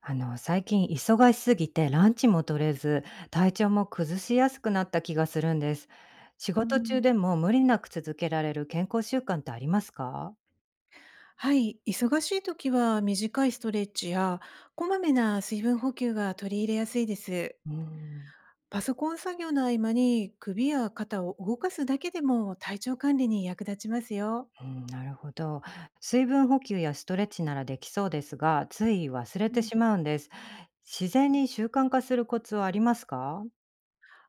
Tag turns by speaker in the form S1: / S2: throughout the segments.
S1: 最近忙しすぎてランチも取れず、体調も崩しやすくなった気がするんです。仕
S2: うー
S1: 事中
S2: ん。
S1: でも無理なく続けられる健康習慣ってありますか？
S2: はい、忙しい時は短いストレッチやこまめな水分補給が取り入れやすいです。
S1: うーん。
S2: パソコン作業の合間に首や肩を動かすだけでも体調管理に役立ちますよ。
S1: うん、なるほど。水分補給やストレッチならできそうですが、つい忘れ
S2: う
S1: て
S2: ん、
S1: しまうんです。自然に習慣化するコツはありますか？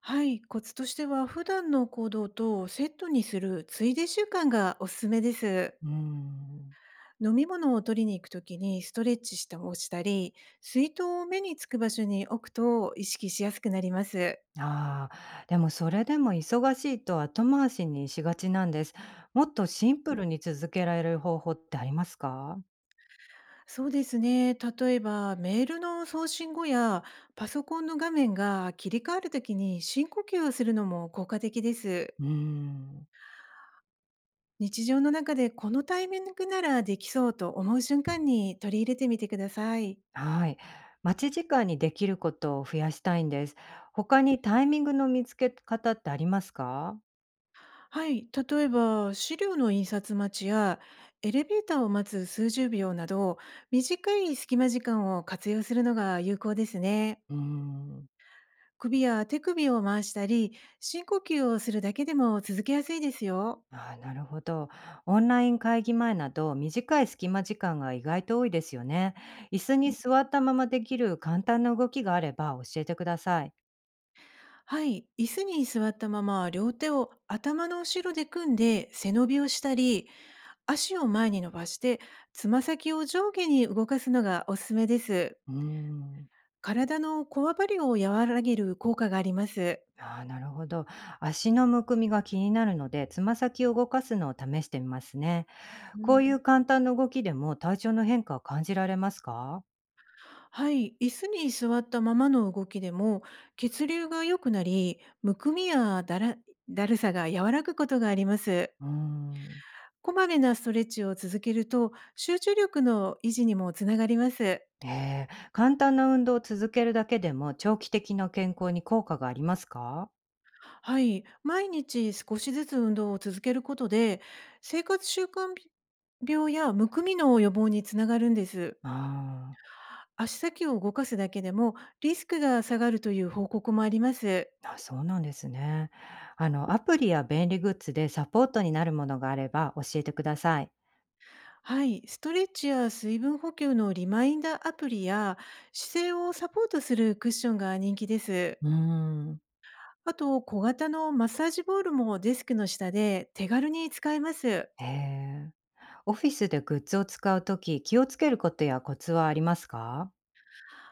S2: はい、コツとしては普段の行動とセットにするついで習慣がおすすめです。
S1: うーん。
S2: 飲み物を取りに行くときにストレッチをしたり、水筒を目につく場所に置くと意識しやすくなります。
S1: ああ、でもそれでも忙しいと後回しにしがちなんです。もっとシンプルに続けられる方法ってありますか？
S2: そうですね。例えば、メールの送信後やパソコンの画面が切り替わるときに深呼吸をするのも効果的です。
S1: うーん、
S2: 日常の中でこのタイミングならできそうと思う瞬間に取り入れてみてください。
S1: はい。待ち時間にできることを増やしたいんです。他にタイミングの見つけ方ってありますか？
S2: はい。例えば、資料の印刷待ちやエレベーターを待つ数十秒など、短い隙間時間を活用するのが有効ですね。
S1: うーん。
S2: 首や手首を回したり、深呼吸をするだけでも続けやすいですよ。
S1: あー、なるほど。オンライン会議前など、短い隙間時間が意外と多いですよね。椅子に座ったままできる簡単な動きがあれば教えてください。
S2: はい、椅子に座ったまま両手を頭の後ろで組んで背伸びをしたり、足を前に伸ばしてつま先を上下に動かすのがおすすめです。
S1: うーん。
S2: 体のこわばりを和らげる効果があります。
S1: ああ、なるほど。足のむくみが気になるので、つま先を動かすのを試してみますね。
S2: う
S1: こ
S2: ん、
S1: ういう簡単な動きでも体調の変化を感じられますか？
S2: はい、椅子に座ったままの動きでも血流が良くなり、むくみやだるさが和らぐことがあります。
S1: うーん。
S2: こまめなストレッチを続けると集中力の維持にもつながります。
S1: え簡単な運動を続けるだけでも、長期的な健康に効果がありますか？
S2: はい、毎日少しずつ運動を続けることで、生活習慣病やむくみの予防につながるんです。
S1: あ
S2: 足先を動かすだけでもリスクが下がるという報告もあります。
S1: あ、あ、そうなんですね。アプリや便利グッズでサポートになるものがあれば教えてください。
S2: はい、ストレッチや水分補給のリマインダーアプリや姿勢をサポートするクッションが人気です。
S1: うーん。
S2: あと、小型のマッサージボールもデスクの下で手軽に使えます。
S1: えーオフィスでグッズを使うとき気をつけることやコツはありますか？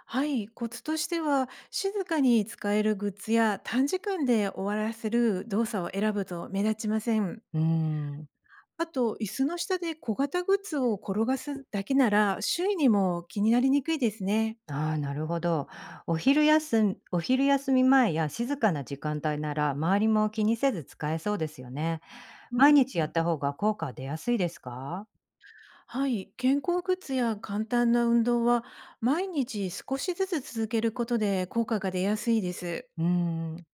S2: はい、コツとしては、静かに使えるグッズや短時間で終わらせる動作を選ぶと目立ちません。
S1: うーん。
S2: あと、椅子の下で小型グッズを転がすだけなら、周囲にも気になりにくいですね。
S1: ああ、なるほど。お昼休み前や静かな時間帯なら、周りも気にせず使えそうですよね。
S2: う
S1: 毎日やっ
S2: ん、
S1: た方が効果は出やすいですか？
S2: はい、健康グッズや簡単な運動は、毎日少しずつ続けることで効果が出やすいです。
S1: うーん、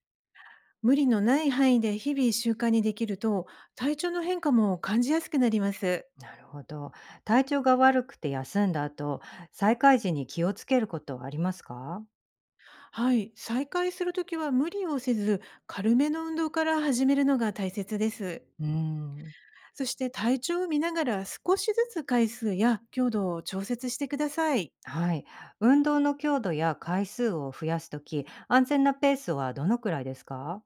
S2: 無理のない範囲で日々習慣にできると、体調の変化も感じやすくなります。
S1: なるほど。体調が悪くて休んだ後、再開時に気をつけることはありますか？
S2: はい、再開するときは無理をせず、軽めの運動から始めるのが大切です。
S1: うーん、
S2: そして体調を見ながら少しずつ回数や強度を調節してください。
S1: はい。運動の強度や回数を増やすとき、安全なペースはどのくらいですか？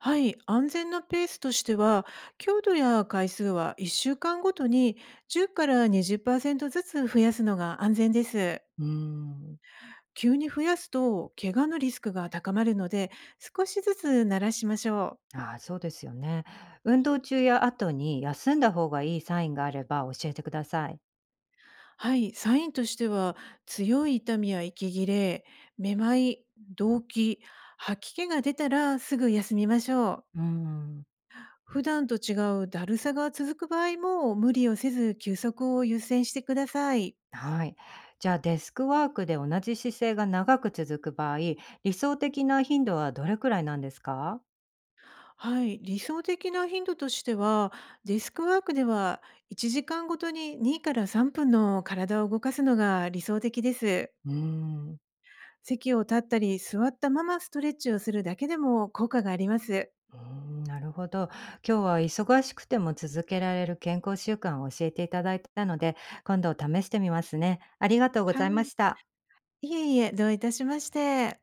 S2: はい、安全なペースとしては、強度や回数は1週間ごとに10から20%ずつ増やすのが安全です。
S1: うーん、
S2: 急に増やすと怪我のリスクが高まるので、少しずつ慣らしましょう。
S1: ああ、そうですよね。運動中や後に休んだ方がいいサインがあれば教えてください。
S2: はい、サインとしては、強い痛みや息切れ、めまい、動悸、吐き気が出たらすぐ休みましょう。
S1: うーん。
S2: 普段と違うだるさが続く場合も無理をせず休息を優先してください。
S1: はい。じゃあデスクワークで同じ姿勢が長く続く場合、理想的な頻度はどれくらいなんですか？
S2: はい、理想的な頻度としては、デスクワークでは1時間ごとに2から3分の体を動かすのが理想的です。
S1: うーん。
S2: 席を立ったり座ったままストレッチをするだけでも効果があります。
S1: うーん、なるほど。今日は忙しくても続けられる健康習慣を教えていただいたので、今度試してみますね。ありがとうご
S2: は
S1: ざいま
S2: い、
S1: した。
S2: いえいえ、どういたしまして。